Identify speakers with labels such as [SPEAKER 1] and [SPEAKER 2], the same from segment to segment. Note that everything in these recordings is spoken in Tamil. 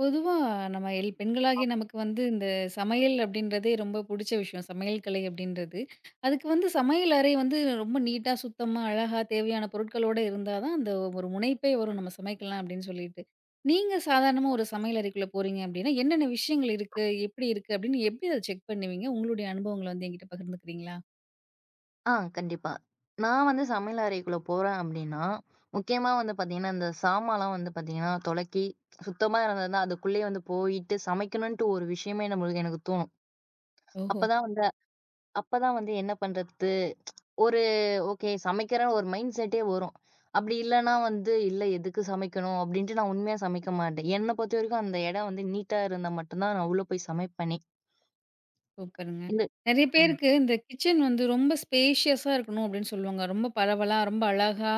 [SPEAKER 1] பொதுவா நம்ம எல் பெண்களாகிய நமக்கு வந்து இந்த சமையல் அப்படின்றதே ரொம்ப புடிச்ச விஷயம். சமையல் கலை அப்படின்றது. அதுக்கு வந்து சமையல் அறை வந்து ரொம்ப நீட்டா, சுத்தமா, அழகா தேவையான பொருட்களோட இருந்தா தான் அந்த ஒரு முனைப்பே வரும். நம்ம சமைக்கலாம் அப்படின்னு சொல்லிட்டு. நீங்க சாதாரணமா ஒரு சமையல் அறைக்குள்ள போறீங்க அப்படின்னா, என்னென்ன விஷயங்கள் இருக்கு? எப்படி இருக்கு? அப்படின்னு எப்படி அத செக் பண்ணுவீங்க? உங்களுடைய அனுபவங்கள வந்து என்கிட்ட பகிர்ந்துக்கிறீங்களா?
[SPEAKER 2] ஆ, கண்டிப்பா. நான் வந்து சமையல் அறைக்குள்ள போறேன் அப்டின்னா, முக்கியமா வந்து பாத்தீங்கன்னா, இந்த சாமான்லாம் வந்து பாத்தீங்கன்னா, தொலக்கி சுத்தமா இருந்ததுன்னா, அதுக்குள்ளேயே வந்து போயிட்டு சமைக்கணுன்ட்டு ஒரு விஷயமே நம்மளுக்கு எனக்கு தோணும்.
[SPEAKER 1] ஓஹோ!
[SPEAKER 2] அப்பதான் வந்து அப்பதான் வந்து என்ன பண்றது? ஒரு ஓகே சமைக்கிறேன் ஒரு மைண்ட் செட்டே வரும். அப்டி இல்லன்னா வந்து, "இல்ல எதுக்கு சமைக்கணும்?" அப்டின்ட்டு நான் உண்மையா சமைக்க மாட்டேன். என்ன பொறுத்தவரைக்கும் அந்த இடம் வந்து நீட்டா இருந்தா மட்டும் தான் நான் உள்ள போய் சமைப்பேனே.
[SPEAKER 1] சூப்பருங்க.
[SPEAKER 2] இந்த
[SPEAKER 1] நெறைய
[SPEAKER 2] ம்.
[SPEAKER 1] பேருக்கு இந்த கிச்சன் வந்து ரொம்ப ஸ்பேஷியஸா இருக்கணும் அப்படின்னு சொல்லுவாங்க. ரொம்ப பரவலா, ரொம்ப அழகா,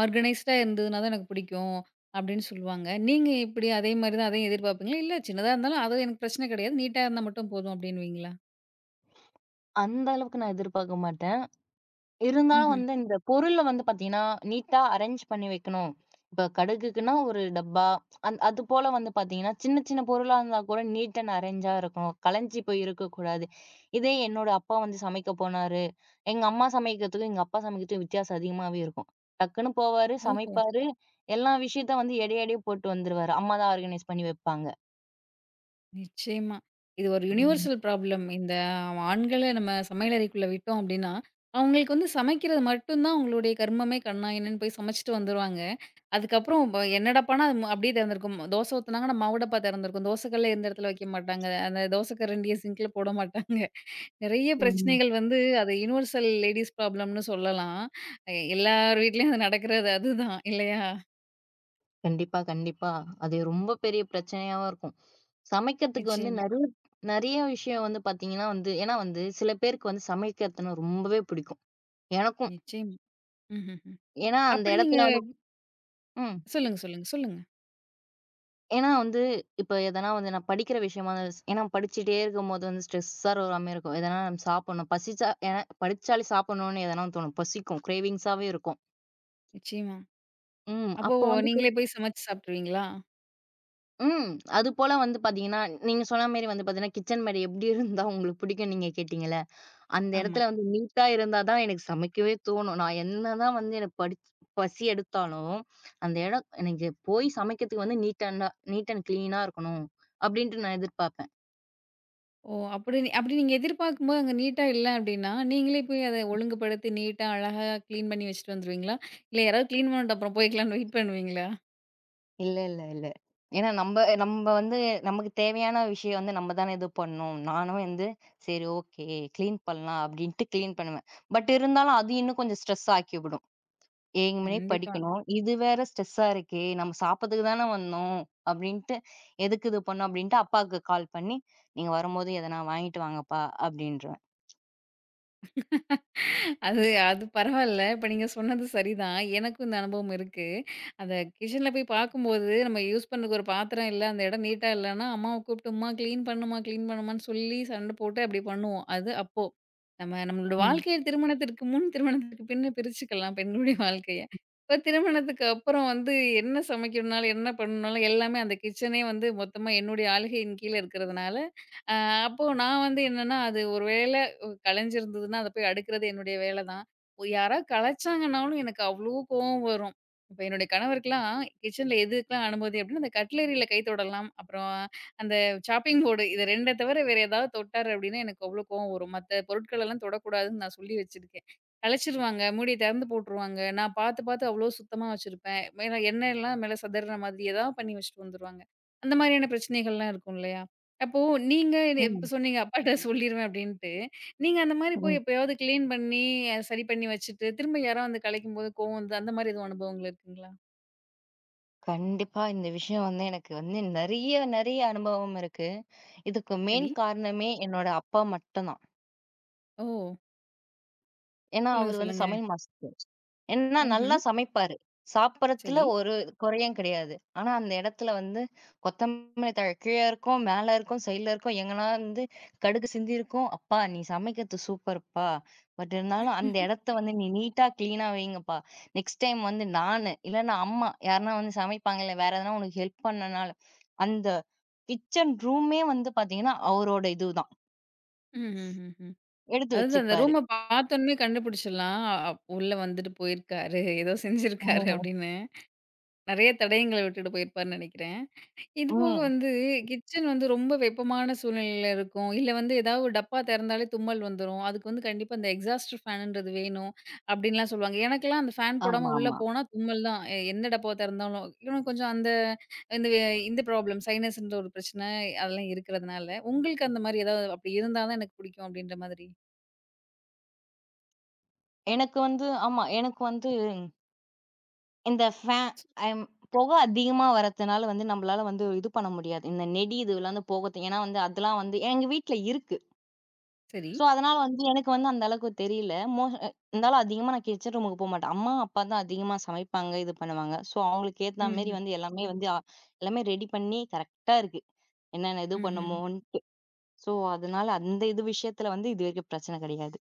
[SPEAKER 1] ஆர்கனைஸ்டா இருந்ததுனா தான் எனக்கு பிடிக்கும் அப்படின்னு சொல்லுவாங்க. நீங்க எப்படி அதே மாரி தான் அதையும் எதிர்பார்ப்பீங்களா? இல்ல சின்னதா இருந்தாலும் அது எனக்கு பிரச்சனை கிடையாது. நீட்டா இருந்தா மட்டும் போதும் அப்படின்னுவீங்களா?
[SPEAKER 2] அந்த அளவுக்கு நான் எதிர்பார்க்க மாட்டேன். இருந்தாலும்
[SPEAKER 1] ம்ஹ்ம்.
[SPEAKER 2] வந்து இந்த பொருள வந்து பாத்தீங்கன்னா, நீட்டா அரேஞ்ச் பண்ணி வைக்கணும். இப்ப கடுகுக்குன்னா ஒரு டப்பா, அது போல வந்து பாத்தீங்கன்னா, சின்ன சின்ன பொருளா இருந்தா கூட நீட் அண்ட் அரேஞ்சா இருக்கணும். கலஞ்சு போய் இருக்கக்கூடாது. இதே என்னோட அப்பா வந்து சமைக்க போனாரு, எங்க அம்மா சமைக்கிறதுக்கும், எங்க அப்பா சமைக்கிறதுக்கும் வித்தியாசம் அதிகமாவே இருக்கும். டக்குன்னு போவாரு,
[SPEAKER 1] ஓஹோ!
[SPEAKER 2] சமைப்பாரு, எல்லா விஷயத்த வந்து எடை எடையே போட்டு வந்துருவாரு. அம்மா தான் ஆர்கனைஸ் பண்ணி வைப்பாங்க.
[SPEAKER 1] நிச்சயமா. இது ஒரு
[SPEAKER 2] ம்.
[SPEAKER 1] Universal problem. இந்த ஆண்கள நம்ம சமையலறைக்குள்ள விட்டோம் அப்படின்னா, அவங்களுக்கு வந்து சமைக்கிறது மட்டும் தான் அவங்களுடைய கர்மமே, கண்ணா என்னன்னு போய் சமைச்சுட்டு வந்துருவாங்க. அதுக்கப்புறம் என்னடா பானா அது அப்படியே திறந்திருக்கும். தோசை ஊத்துனாங்கன்னா மாவு டப்பா திறந்திருக்கும். தோசை கல்ல இருந்த இடத்துல வைக்க மாட்டாங்க. அந்த தோசை கரண்டிய சிங்க்ல போட மாட்டாங்க. நெறைய
[SPEAKER 2] ம்.
[SPEAKER 1] பிரச்சனைகள் வந்து அது யுனிவர்சல் லேடீஸ் ப்ராப்ளம்னு சொல்லலாம். அ எல்லார் வீட்லயும் அது நடக்கிறது அதுதான் இல்லையா?
[SPEAKER 2] கண்டிப்பா, கண்டிப்பா. அது ரொம்ப பெரிய பிரச்சனையாவும் இருக்கும். சமைக்கிறதுக்கு வந்து
[SPEAKER 1] நிச்சயமா,
[SPEAKER 2] நெறைய நெறைய விஷயம் வந்து பாத்தீங்கன்னா வந்து ஏன்னா வந்து சில பேருக்கு வந்து சமைக்கிறதுன்னா ரொம்பவே பிடிக்கும். எனக்கும்.
[SPEAKER 1] நிச்சயமா. ம்ஹ்ஹ்ம்.
[SPEAKER 2] ஏன்னா அந்த
[SPEAKER 1] அப்படி நீங்க
[SPEAKER 2] இடத்துல வந்து ம்.
[SPEAKER 1] சொல்லுங்க, சொல்லுங்க, சொல்லுங்க.
[SPEAKER 2] ஏன்னா வந்து இப்ப எதனா வந்து நான் படிக்கிற விஷயமா ஏன்னா படிச்சுட்டே இருக்கும்போது வந்து ஸ்ட்ரெஸ்ஸா வராம இருக்கும். எதனா நம்ம சாப்பிடணும். பசிச்சா ஏன்னா படிச்சாலே சாப்பிடணும்னு எதனா தோணும். பசிக்கும். கிரேவிங்ஸாவே இருக்கும்.
[SPEAKER 1] நிச்சயமா.
[SPEAKER 2] ம்.
[SPEAKER 1] அப்போ
[SPEAKER 2] அப்போ வந்து
[SPEAKER 1] நீங்களே போய் சமைச்சு சாப்ட்டுருவீங்களா?
[SPEAKER 2] ம். அதுபோல வந்து பாத்தீங்கன்னா, நீங்க சொன்ன மாரி வந்து பாத்தீங்கன்னா, கிச்சன் மேட் எப்படி இருந்தா உங்களுக்கு பிடிக்கும்னு நீங்க கேட்டீங்கல்ல? அந்த
[SPEAKER 1] ஆமா.
[SPEAKER 2] இடத்துல வந்து நீட்டா இருந்தா தான் எனக்கு சமைக்கவே தோணும். நான் என்னதான் வந்து எனக்கு பசி எடுத்தாலும், அந்த இடம் எனக்கு போய் சமைக்கிறதுக்கு வந்து நீட் அண்ட் கிளீனா இருக்கணும் அப்படின்ட்டு நான் எதிர்பார்ப்பேன்.
[SPEAKER 1] ஓ! அப்படி நீங்க எதிர்பார்க்கும்போது அங்க நீட்டா இல்ல அப்படின்னா, நீங்களே போய் அத ஒழுங்குபடுத்தி நீட்டா, அழகா கிளீன் பண்ணி வச்சுட்டு வந்துருவீங்களா? இல்ல யாராவது கிளீன் பண்ணட்டும் அப்புறம் போய்க்கலான்னு வெயிட் பண்ணுவீங்களா?
[SPEAKER 2] இல்ல, இல்ல, இல்ல. ஏன்னா நம்ப நம்ப வந்து நமக்கு தேவையான விஷயம் வந்து நம்ம தானே இது பண்ணணும். நானும் வந்து சரி ஓகே, கிளீன் பண்ணலாம் அப்படின்ட்டு கிளீன் பண்ணுவேன். பட் இருந்தாலும் அது இன்னும் கொஞ்சம் ஸ்ட்ரெஸ் ஆக்கிவிடும். 7 மணிக்கு
[SPEAKER 1] கண்டிப்பா.
[SPEAKER 2] படிக்கணும். இது வேற ஸ்ட்ரெஸ்ஸா இருக்கே! நம்ம சாப்பிடறதுக்கு தான வந்தோம். அப்டின்ட்டு, எதுக்கு இது பண்ணோம் அப்டின்ட்டு அப்பாவுக்கு கால் பண்ணி, "நீங்க வரும்போது எதனா வாங்கிட்டு வாங்கப்பா" அப்டின்றுவேன்.
[SPEAKER 1] அது அது பரவால்ல. இப்ப நீங்க சொன்னது சரிதான். எனக்கும் இந்த அனுபவம் இருக்கு. அந்த கிச்சன்ல போய் பார்க்கும்போது, நம்ம யூஸ் பண்ணதுக்கு ஒரு பாத்திரம் இல்ல, அந்த இடம் நீட்டா இல்லன்னா, அம்மாவ கூப்பிட்டு, "உம்மா கிளீன் பண்ணுமா, கிளீன் பண்ணுமான்னு" சொல்லி சண்ட போட்டு அப்படி பண்ணுவோம். அது அப்போ. நம்ம நம்மளோட
[SPEAKER 2] ம்.
[SPEAKER 1] வாழ்க்கைய திருமணத்திற்கு முன், திருமணத்திற்கு பின்ன பிரிச்சுக்கலாம் பெண்களுடைய வாழ்க்கைய. இப்ப திருமணத்துக்கு அப்புறம் வந்து என்ன சமைக்கணும்னாலும், என்ன பண்ணணும்னாலும் எல்லாமே அந்த கிச்சனே வந்து மொத்தமா என்னுடைய ஆளுகையின் கீழ இருக்கிறதுனால, அ அப்போ நான் வந்து என்னன்னா, அது ஒரு வேள கலைஞ்சிருந்ததுன்னா, அத போய் அடுக்குறது என்னுடைய வேல தான். யாராவது கலாய்ச்சாங்கன்னாலும் எனக்கு அவ்ளோ கோவம் வரும். இப்ப என்னுடைய கணவருக்குலாம் கிச்சன்ல எதுக்கெல்லாம் அனுமதி அப்டின்னா, அந்த கட்லரியில கை தொடலாம். அப்புறம் அந்த சாப்பிங் போர்டு இது 2 தவிர வேற ஏதாவது தொட்டாரு அப்டின்னா, எனக்கு அவ்ளோ கோவம் வரும். மத்த பொருட்களெல்லாம் தொடக்கூடாதுன்னு நான் சொல்லி வச்சிருக்கேன். கலைச்சிருவாங்க, மூடிய தெறந்து போட்டுருவாங்க. நான் பார்த்து, பார்த்து அவ்ளோ சுத்தமா வச்சிருப்பேன். மேல எண்ணெய்லாம் மேல சதர்ற மாதிரி ஏதாவது பண்ணி வச்சுட்டு வந்துருவாங்க. அந்த மாரியான பிரச்சனைகள்லாம் இருக்கும் இல்லையா? அப்போ நீங்க இப்ப
[SPEAKER 2] ம்.
[SPEAKER 1] சொன்னீங்க அப்பாட்ட சொல்லிருவேன் அப்டின்ட்டு. நீங்க அந்த மாரி போய்
[SPEAKER 2] ம்.
[SPEAKER 1] எப்பயாவது கிளீன் பண்ணி, சரி பண்ணி வச்சுட்டு, திரும்ப யாரோ வந்து கலைக்கும்போது கோவம் வருது. அந்த மாரி எதுவும் அனுபவங்கள் இருக்குங்களா?
[SPEAKER 2] கண்டிப்பா இந்த விஷயம் வந்து எனக்கு வந்து நெறைய, நெறைய அனுபவம் இருக்கு. இதுக்கு
[SPEAKER 1] சரி.
[SPEAKER 2] மெயின் காரணமே என்னோட அப்பா மட்டும் தான்.
[SPEAKER 1] ஓ!
[SPEAKER 2] ஏன்னா,
[SPEAKER 1] சொல்லுங்க,
[SPEAKER 2] அவரு வந்து
[SPEAKER 1] சொல்லுங்க.
[SPEAKER 2] சமையல் மாஸ்டர். ஏன்னா
[SPEAKER 1] ம்ஹ்ம்.
[SPEAKER 2] நல்லா சமைப்பாரு. சாப்பிடறத்துல
[SPEAKER 1] சரி.
[SPEAKER 2] ஒரு குறையும் கிடையாது. ஆனா, அந்த இடத்துல வந்து கொத்தமல்லி தழை கீழ இருக்கும், மேல இருக்கும், சைடுல இருக்கும். எங்கனா வந்து கடுகு சிந்தியிருக்கும். "அப்பா நீ சமைக்கிறது சூப்பர்ப்பா. பட் இருந்தாலும் அந்த
[SPEAKER 1] ம்ஹ்ம்.
[SPEAKER 2] இடத்த வந்து நீ நீட்டா, கிளீனா வைங்கப்பா. நெக்ஸ்ட் டைம் வந்து நானு, இல்லன்னா அம்மா யாருன்னா வந்து சமைப்பாங்க இல்ல, வேற எதனா உனக்கு ஹெல்ப் பண்ணனால" அந்த கிச்சன் ரூமே வந்து பார்த்தீங்கன்னா, அவரோட இதுதான்.
[SPEAKER 1] ம், ம், ம், ம்.
[SPEAKER 2] எடுத்து
[SPEAKER 1] அதாவது அந்த
[SPEAKER 2] வச்சுப்பாரு.
[SPEAKER 1] ரூம பார்த்தோனே கண்டுபிடிச்சிடலாம். அ உள்ள வந்துட்டு போயிருக்காரு. ஏதோ செஞ்சிருக்காரு
[SPEAKER 2] ஓ!
[SPEAKER 1] அப்படின்னு. நெறைய தடயங்கள விட்டுட்டு போயிருப்பாருன்னு நெனைக்கிறேன். இது போக
[SPEAKER 2] ம்.
[SPEAKER 1] வந்து கிச்சன் வந்து ரொம்ப வெப்பமான சூழ்நிலையில இருக்கும். இல்ல வந்து ஏதாவது ஒரு டப்பா திறந்தாலே தும்மல் வந்துரும். அதுக்கு வந்து கண்டிப்பா இந்த எக்ஸாஸ்டர் ஃபேனுன்றது வேணும் அப்டின்லாம் சொல்லுவாங்க. எனக்கெல்லாம் அந்த ஃபேன் போடாம உள்ள
[SPEAKER 2] ஆமாமா.
[SPEAKER 1] போனா தும்மல் தான். எந்த டப்பாவ திறந்தாலும். இன்னும் கொஞ்சம் அந்த இந்த வே இந்த ப்ராப்ளம் சைனஸ்ன்ற ஒரு பிரச்சனை அதெல்லாம் இருக்கிறதுனால, உங்களுக்கு அந்த மாரி ஏதாவது அப்டி இருந்தா தான் எனக்கு பிடிக்கும் அப்டின்ற மாதிரி.
[SPEAKER 2] எனக்கு வந்து ஆமா. எனக்கு வந்து இந்த ஃபே அம் புக அதிகமா வரதுனால வந்து நம்மளால வந்து இது பண்ண முடியாது. இந்த நெடி இதுலாம் வந்து போகத்து ஏன்னா வந்து அதெல்லாம் வந்து எங்க வீட்ல இருக்கு.
[SPEAKER 1] சரி.
[SPEAKER 2] ஸோ, அதனால வந்து எனக்கு வந்து அந்த அளவுக்கு தெரியல. மோ அ இருந்தாலும் அதிகமா நான் கிச்சன் ரூமுக்கு போமாட்டேன். அம்மா, அப்பா தான் அதிகமா சமைப்பாங்க, இது பண்ணுவாங்க. ஸோ, அவங்களுக்கு ஏத்த மாரி
[SPEAKER 1] ம்ஹ்ம்.
[SPEAKER 2] வந்து எல்லாமே வந்து எல்லாமே ரெடி பண்ணி கரெக்ட்டா இருக்கு. என்னென்ன இது
[SPEAKER 1] ம்ஹ்ம்.
[SPEAKER 2] பண்ணுமோன்ட்டு. ஸோ, அதனால அந்த இது விஷயத்துல வந்து இதுவரைக்கும் பிரச்சனை கிடையாது.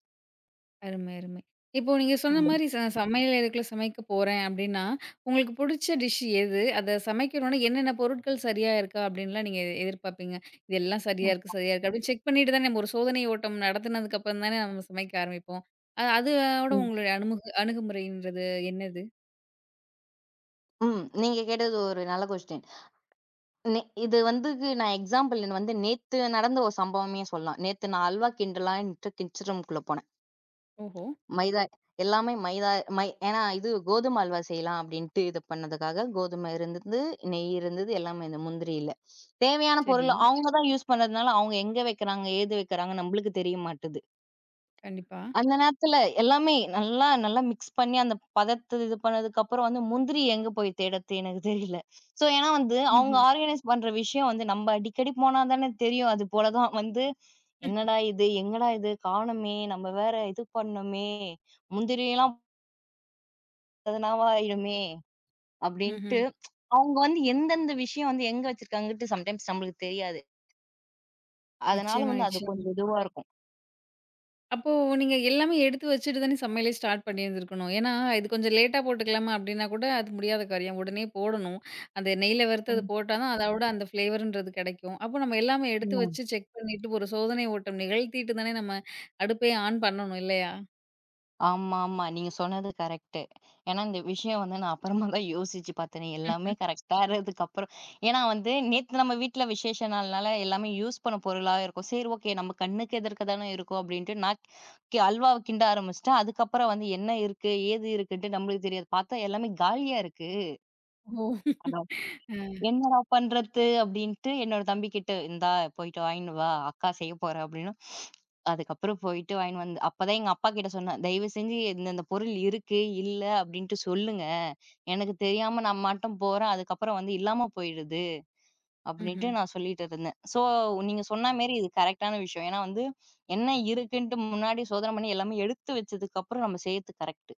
[SPEAKER 1] அருமை, அருமை. இப்போ நீங்க சொன்ன
[SPEAKER 2] ம்.
[SPEAKER 1] மாரி சமையல் அறைக்குள்ள சமைக்க போறேன் அப்டின்னா, உங்களுக்கு புடிச்ச டிஷ் எது? அத சமைக்கணும்னா என்னென்ன பொருட்கள் சரியா இருக்கா? அப்டின்லாம் நீங்க எதிர்பார்ப்பீங்க. இதெல்லாம் சரியா இருக்கு, சரியா இருக்கு அப்டின்னு செக் பண்ணிட்டு தானே நம்ம ஒரு சோதனை ஓட்டம் நடத்துனதுக்கு அப்புறம் தானே நம்ம சமைக்க ஆரம்பிப்போம். அதோட
[SPEAKER 2] ம்.
[SPEAKER 1] உங்களுடைய அணுகுமுறைன்றது என்னது?
[SPEAKER 2] ம். நீங்க கேட்டது ஒரு நல்ல கொஸ்டின். இது வந்துக்கு நான் எக்ஸாம்பிள் வந்து நேத்து நடந்த ஒரு சம்பவமே சொல்லலாம். நேத்து நான் அல்வா கிண்டலான்ட்டு கிட்ஸ் ரூம்க்குள்ள போனேன்.
[SPEAKER 1] ஓஹோ!
[SPEAKER 2] மைதா எல்லாமே மைதா ஏன்னா இது கோதுமை அல்வா செய்யலாம் அப்படின்ட்டு இது பண்ணதுக்காக கோதுமை இருந்தது, நெய் இருந்தது, எல்லாமே இந்த முந்திரி இல்ல. தேவையான
[SPEAKER 1] சரி.
[SPEAKER 2] பொருள் அவங்க தான் யூஸ் பண்றதுனால அவங்க எங்க வைக்கிறாங்க, ஏது வைக்கிறாங்க நம்மளுக்கு தெரிய மாட்டுது.
[SPEAKER 1] கண்டிப்பா.
[SPEAKER 2] அந்த நேரத்துல எல்லாமே நல்லா நல்லா மிக்ஸ் பண்ணி அந்த பதத்த இது பண்ணதுக்கப்புறம் வந்து முந்திரி எங்க போய் தேடுறது எனக்கு தெரியல. ஸோ ஏன்னா வந்து அவங்க
[SPEAKER 1] ம்ஹ்ம்.
[SPEAKER 2] ஆர்கனைஸ் பண்ற விஷயம் வந்து நம்ம அடிக்கடி போனா தானே தெரியும். அது போல தான் வந்து என்னடா இது? எங்கடா இது? காணோமே! நம்ம வேற இது பண்ணோமே! முந்திரியெல்லாம் எதனாவா ஆயிடுமே!
[SPEAKER 1] ம்ஹ்ம்.
[SPEAKER 2] அப்டின்ட்டு அவங்க வந்து எந்தெந்த விஷயம் வந்து எங்க வச்சிருக்காங்கன்ட்டு சம்டைம்ஸ் நம்மளுக்கு தெரியாது. அதனால
[SPEAKER 1] நிச்சயமா,
[SPEAKER 2] வந்து அது
[SPEAKER 1] நிச்சயமா.
[SPEAKER 2] கொஞ்சம் இதுவா இருக்கும்.
[SPEAKER 1] அப்போ நீங்க எல்லாமே எடுத்து வச்சுட்டு தானே சமையலே ஸ்டார்ட் பண்ணியிருந்திருக்கணும். ஏன்னா, இது கொஞ்சம் லேட்டா போட்டுக்கலாமா அப்படின்னா கூட அது முடியாத காரியம். உடனே போடணும். அந்த எண்ணெயில வறுத்து அது
[SPEAKER 2] ம்.
[SPEAKER 1] போட்டா தான் அதோட அந்த ஃப்ளேவர்ன்றது கிடைக்கும். அப்போ நம்ம எல்லாமே எடுத்து
[SPEAKER 2] ம்.
[SPEAKER 1] வச்சு செக் பண்ணிட்டு ஒரு சோதனை ஓட்டம் நிகழ்த்திட்டு தானே நம்ம அடுப்பே ஆன் பண்ணணும் இல்லையா?
[SPEAKER 2] ஆமாமா. நீங்க சொன்னது கரெக்ட்டு. ஏன்னா, இந்த விஷயம் வந்து நான் அப்புறமா தான் யோசிச்சு பார்த்தேனே. எல்லாமே
[SPEAKER 1] ம்.
[SPEAKER 2] கரெக்ட்டா இருந்ததுக்கப்புறம் ஏன்னா வந்து நேத்து நம்ம வீட்ல விசேஷ நாள்னால எல்லாமே யூஸ் பண்ண பொருளா இருக்கும். சரி ஓகே நம்ம கண்ணுக்கு எதிர்க்க தானே இருக்கும் அப்டின்ட்டு நான் அல்வாவ கிண்ட ஆரம்பிச்சுட்டேன். அதுக்கப்புறம் வந்து என்ன இருக்கு? ஏது இருக்குன்ட்டு நம்மளுக்கு தெரியாது. பார்த்தா எல்லாமே காலியா இருக்கு.
[SPEAKER 1] ஓ! அ.
[SPEAKER 2] என்னடா பண்றது? அப்படின்ட்டு என்னோட தம்பிகிட்ட, "இந்தா போயிட்டு வாங்கின்னு வா, அக்கா செய்யப் போறா" அப்படின்னும். அதுக்கப்புறம் போயிட்டு வாங்கின்னு வந்து அப்பதான் எங்க அப்பா கிட்ட சொன்னேன். "தயவு செஞ்சு இந்தந்த பொருள் இருக்கு, இல்ல அப்படின்ட்டு சொல்லுங்க. எனக்கு தெரியாம நான் மட்டும் போறேன். அதுக்கப்புறம் வந்து இல்லாம போயிடுது" அப்படின்ட்டு
[SPEAKER 1] ம்ஹ்ம்.
[SPEAKER 2] நான் சொல்லிட்டு இருந்தேன். சோ, நீங்க சொன்ன மாரி இது கரெக்ட்டான விஷயம். ஏன்னா வந்து என்ன இருக்குன்ட்டு முன்னாடி சோதனை பண்ணி எல்லாமே எடுத்து வச்சதுக்கு அப்புறம் நம்ம செய்யறது கரெக்ட்டு.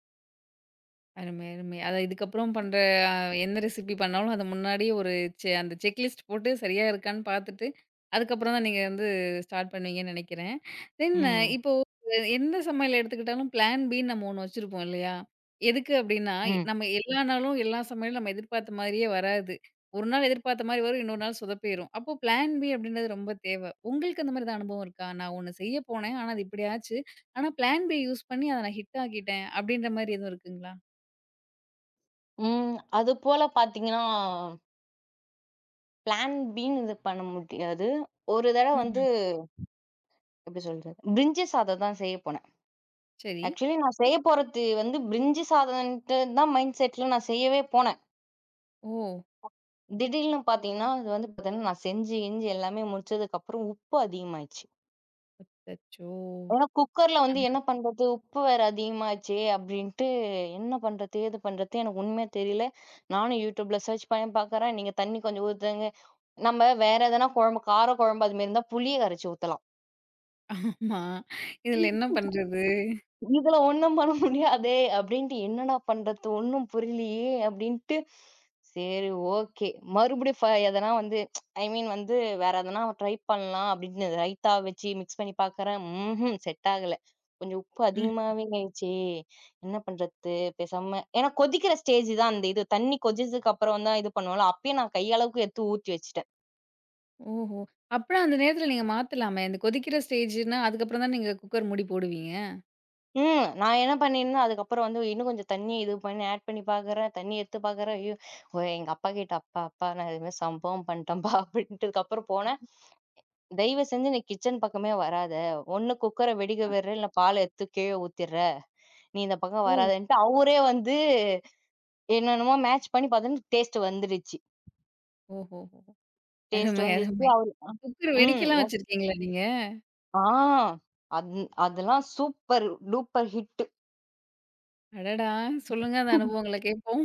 [SPEAKER 1] அருமை, அருமை. அத இதுக்கப்புறம் பண்ற அ எந்த ரெசிபி பண்ணாலும் அத முன்னாடியே ஒரு அந்த செக்லிஸ்ட் போட்டு சரியா இருக்கான்னு பார்த்துட்டு, அதுக்கப்புறம் தான் நீங்க வந்து ஸ்டார்ட் பண்ணுவீங்கன்னு நெனைக்கிறேன். தென்
[SPEAKER 2] ம்.
[SPEAKER 1] இப்போ எந்த சமையல் எடுத்துக்கிட்டாலும் பிளான் பின்னு நம்ம ஒண்ணு வச்சிருப்போம் இல்லையா? எதுக்கு அப்டின்னா,
[SPEAKER 2] ம்.
[SPEAKER 1] நம்ம எல்லா நாளும் எல்லா சமையலும் நம்ம எதிர்பார்த்த மாரியே வராது. ஒரு நாள் எதிர்பார்த்த மாரி வரும், இன்னொரு நாள் சொதப்பிரும். அப்போ பிளான் பி அப்படின்றது ரொம்ப தேவ. உங்களுக்கு அந்த மாரி ஏதாவது அனுபவம் இருக்கா? நான் ஒண்ணு செய்ய போனேன். ஆனா, அது இப்படி ஆச்சு. ஆனா பிளான் பி யூஸ் பண்ணி அத நான் ஹிட் ஆக்கிட்டேன். அப்படின்ற மாரி எதுவும் இருக்குங்களா?
[SPEAKER 2] ம். அது போல பார்த்தீங்கன்னா பிளான் பின்னு இது பண்ண முடியாது. ஒரு தடவ வந்து
[SPEAKER 1] ம்ஹ்ம்.
[SPEAKER 2] எப்படி சொல்றது? பிரிஞ்சி சாதம் தான் செய்ய போனேன்.
[SPEAKER 1] சரி.
[SPEAKER 2] ஆக்சுவலி நான் செய்ய போறது வந்து பிரிஞ்சி சாதம்ன்ட்டு தான் மைண்ட் செட்ல நான் செய்யவே போனேன்.
[SPEAKER 1] ஓ!
[SPEAKER 2] திடீர்னு பார்த்தீங்கன்னா, அது வந்து பார்த்தீங்கன்னா, நான் செஞ்சு கிஞ்சு எல்லாமே முடிச்சதுக்கப்புறம் உப்பு அதிகமாயிடுச்சு.
[SPEAKER 1] அச்சச்சோ!
[SPEAKER 2] ஏன்னா குக்கர்ல வந்து
[SPEAKER 1] ஆஹ.
[SPEAKER 2] என்ன பண்றது? உப்பு வேற அதிகமாச்சே அப்படின்ட்டு என்ன பண்றது? ஏது பண்றது? எனக்கு உண்மையா தெரியல. நானும் YouTubeல சர்ச் பண்ணி பார்க்குறேன். நீங்க தண்ணி கொஞ்சம் ஊத்துங்க. நம்ம வேற எதனா குழம்பு, கார குழம்பு அது மாரி இருந்தா புளிய கரைச்சு ஊத்தலாம்.
[SPEAKER 1] ஆமா. இதில என்ன பண்றது?
[SPEAKER 2] இதுல ஒண்ணும் பண்ண முடியாதே! அப்டின்ட்டு என்னடா பண்றது? ஒண்ணும் புரியலையே! அப்டின்ட்டு, சரி ஓகே. மறுபடியும் எதனா வந்து ஐ மீன் வந்து வேற எதனா ட்ரை பண்ணலாம் அப்டின்னு ரைத்தா வச்சு மிக்ஸ் பண்ணி பார்க்குறேன். ம்ஹ்ம் செட் ஆகல. கொஞ்சம் உப்பு
[SPEAKER 1] ம்.
[SPEAKER 2] அதிகமாவே ஆயிடுச்சே! என்ன பண்றது? பேசாம ஏன்னா கொதிக்கிற ஸ்டேஜ் தான் அந்த இது. தண்ணி கொதிச்சதுக்கு அப்புறம் தான் இது பண்ணுவோம்ல. அப்பயே நான் கை அளவுக்கு எடுத்து ஊத்தி வச்சுட்டேன்.
[SPEAKER 1] ஓஹோ! அப்பனா அந்த நேரத்தில நீங்க மாத்தலாமே! அந்த கொதிக்கிற ஸ்டேஜ்ன்னா, அதுக்கப்புறம் தான் நீங்க குக்கர் மூடி போடுவீங்க.
[SPEAKER 2] ம். நான் என்ன பண்ணியிருந்தேன், அதுக்கப்புறம் வந்து இன்னும் கொஞ்சம் தண்ணி இது பண்ணி ஆட் பண்ணி பார்க்குறேன். தண்ணி எடுத்து பார்க்குறேன். ஐயோ! ஓ, எங்க அப்பாகிட்ட "அப்பா, அப்பா நான் இது மாரி சம்பவம் பண்ணிட்டேன்ப்பா" அப்படின்ட்டதுக்கப்புறம் போனேன். "தயவு செஞ்சு நீ கிச்சன் பக்கமே வராத. ஒண்ணு குக்கர வெடிக்க விடுற, இல்ல பால எடுத்து கீழ ஊத்திர்ற. நீ இந்த பக்கம்
[SPEAKER 1] ஓ!
[SPEAKER 2] வராதன்ட்டு" அவரே வந்து என்னென்னமோ மேட்ச் பண்ணி பார்த்தோன்னே டேஸ்ட் வந்துடுச்சு.
[SPEAKER 1] ஓஹோஹோ!
[SPEAKER 2] டேஸ்ட்
[SPEAKER 1] அருமை,
[SPEAKER 2] வந்துச்சு.
[SPEAKER 1] அருமை.
[SPEAKER 2] அவரு அ
[SPEAKER 1] குக்கர்
[SPEAKER 2] ம்.
[SPEAKER 1] வெடிக்கலாம் வச்சிருக்கீங்களா நீங்க?
[SPEAKER 2] ஆ அந் அதெல்லாம் சூப்பர் டூப்பர் ஹிட்.
[SPEAKER 1] அடடா! சொல்லுங்க அந்த அனுபவங்கள கேட்போம்.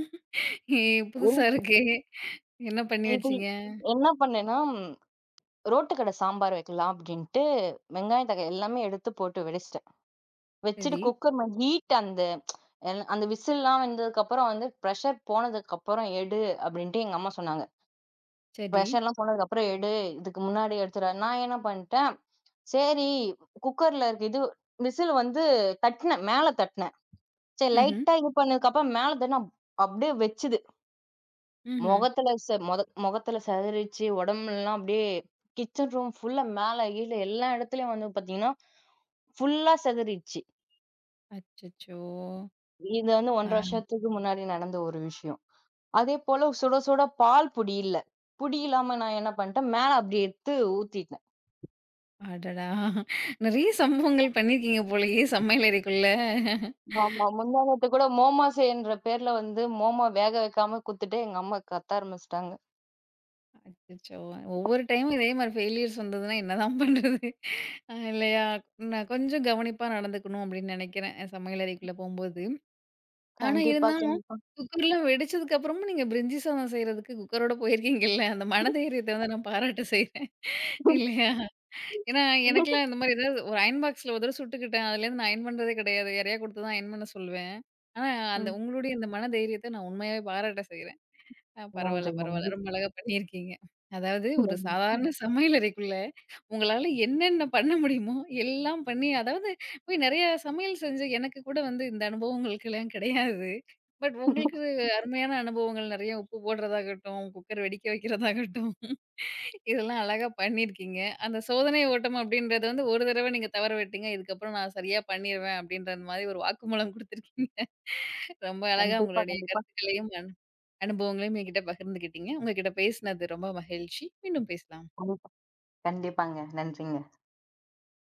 [SPEAKER 1] ஏ புதுசா இருக்கே! என்ன பண்ணி
[SPEAKER 2] இது
[SPEAKER 1] வச்சீங்க?
[SPEAKER 2] என்ன பண்ணேன்னா ரோட்டு கடை சாம்பார் வைக்கலாம் அப்படின்ட்டு, வெங்காயம், தக்காளி எல்லாமே எடுத்து போட்டு வெடிச்சுட்டேன். வச்சுட்டு
[SPEAKER 1] சரி,
[SPEAKER 2] குக்கர் ஹீட் அந்த அந்த விசில்லாம் வந்ததுக்கப்புறம் வந்து, பிரஷர் போனதுக்கப்புறம் எடு அப்படின்ட்டு எங்க அம்மா சொன்னாங்க.
[SPEAKER 1] சரி.
[SPEAKER 2] பிரஷர்லாம் போனதுக்கப்புறம் எடு, இதுக்கு முன்னாடி எடுத்துட நான் என்ன பண்ட்டேன், சரி குக்கர்ல இருக்க இது விசில் வந்து தட்டுனேன், மேல தட்டுனேன். சரி
[SPEAKER 1] ம்ஹ்ம்,
[SPEAKER 2] லைட்டா இது பண்ணதுக்கப்புறம் மேல தட்டுனா, அப்படியே வெச்சு
[SPEAKER 1] ம்ஹ்ம்.
[SPEAKER 2] முகத்துல ச மொத முகத்துல சிதறிச்சு, உடம்பெல்லாம் அப்படியே கிச்சன் ரூம் ஃபுல்லா மேல கீழ எல்லா இடத்துலயும் வந்து பாத்தீங்கன்னா, ஃபுல்லா சிதறிடுச்சு.
[SPEAKER 1] அச்சச்சோ!
[SPEAKER 2] இது வந்து 1½
[SPEAKER 1] ஆ.
[SPEAKER 2] வருஷத்துக்கு முன்னாடி நடந்த ஒரு விஷயம். அதே போல சுட சுட பால் பொடி இல்ல. பொடி இல்லாம நான் என்ன பண்ணிட்டேன், மேல அப்படி எடுத்து ஊத்திட்டேன்.
[SPEAKER 1] அடடா! நெறைய சம்பவங்கள் பண்ணியிருக்கீங்க போலயே சமையல் அறைக்குள்ள.
[SPEAKER 2] ஆமா. முந்தா நேத்து கூட மோமோஸ் என்ற பேர்ல வந்து மோமோ வேக வைக்காம குடுத்துட்டு எங்க அம்மா கத்த ஆரம்பிச்சுட்டாங்க.
[SPEAKER 1] அச்சச்சோ! ஒவ்வொரு டைமும் இதே மாரி ஃபெயிலியர்ஸ் வந்ததுன்னா என்னதான் பண்றது? இல்லையா? நான் கொஞ்சம் கவனிப்பா நடந்துக்கணும் அப்டின்னு நெனைக்கிறேன். சமையல் அறைக்குள்ள போம்போது. ஆனா
[SPEAKER 2] கண்டிப்பா,
[SPEAKER 1] இருந்தாலும்
[SPEAKER 2] கண்டிப்பா.
[SPEAKER 1] குக்கர்லாம் வெடிச்சதுக்கு அப்புறமும் நீங்க பிரிஞ்சி சாதம் செய்றதுக்கு குக்கரோட போயிருக்கீங்கல்ல, அந்த மனதைரியத்த வந்து நான் பாராட்ட செய்றேன். இல்லையா? ஏன்னா, எனக்கெல்லாம் இந்த மாரி ஏதாவது ஒரு அயர்ன் பாக்ஸ்ல ஒரு தடவ சுட்டுக்கிட்டேன். அதுலேருந்து நான் அயர்ன் பண்றதே கிடையாது. யாரையா குடுத்து தான் அயர்ன் பண்ண சொல்லுவேன். ஆனா, அந்த
[SPEAKER 2] ம்.
[SPEAKER 1] உங்களுடைய இந்த மன தைரியத்த நான் உண்மையாவே பாராட்ட செய்றேன். ஆ பரவால்ல,
[SPEAKER 2] நன்றி,
[SPEAKER 1] பரவால்ல.
[SPEAKER 2] நன்றி.
[SPEAKER 1] ரொம்ப அழகா பண்ணியிருக்கீங்க. அதாவது ஒரு ம்.
[SPEAKER 2] நன்றி.
[SPEAKER 1] சாதாரண சமையலறைக்குள்ள, உங்களால என்னென்ன பண்ண முடியுமோ எல்லாம் பண்ணி, அதாவது போய் நெறைய சமையல் செஞ்சு எனக்கு கூட வந்து இந்த அனுபவங்களுக்கெல்லாம் கிடையாது. பட் உங்களுக்கு அருமையான அனுபவங்கள் நெறைய உப்பு போடுறதாகட்டும், குக்கர் வெடிக்க வைக்கிறதாகட்டும், இதெல்லாம் அழகா பண்ணியிருக்கீங்க. அந்த சோதனை ஓட்டம் அப்படின்றத வந்து ஒரு தடவ நீங்க தவற விட்டீங்க. இதுக்கப்புறம் நான் சரியா பண்ணிருவேன் அப்படின்ற மாரி ஒரு வாக்குமூலம் குடுத்துருக்கீங்க. ரொம்ப அழகா
[SPEAKER 2] கண்டிப்பா,
[SPEAKER 1] உங்களுடைய
[SPEAKER 2] கண்டிப்பா.
[SPEAKER 1] கருத்துக்களையும் அனுபவங்களையும் என்கிட்ட பகிர்ந்துக்கிட்டீங்க. உங்ககிட்ட பேசினது ரொம்ப மகிழ்ச்சி. மீண்டும் பேசலாம்.
[SPEAKER 2] கண்டிப்பாங்க. நன்றிங்க.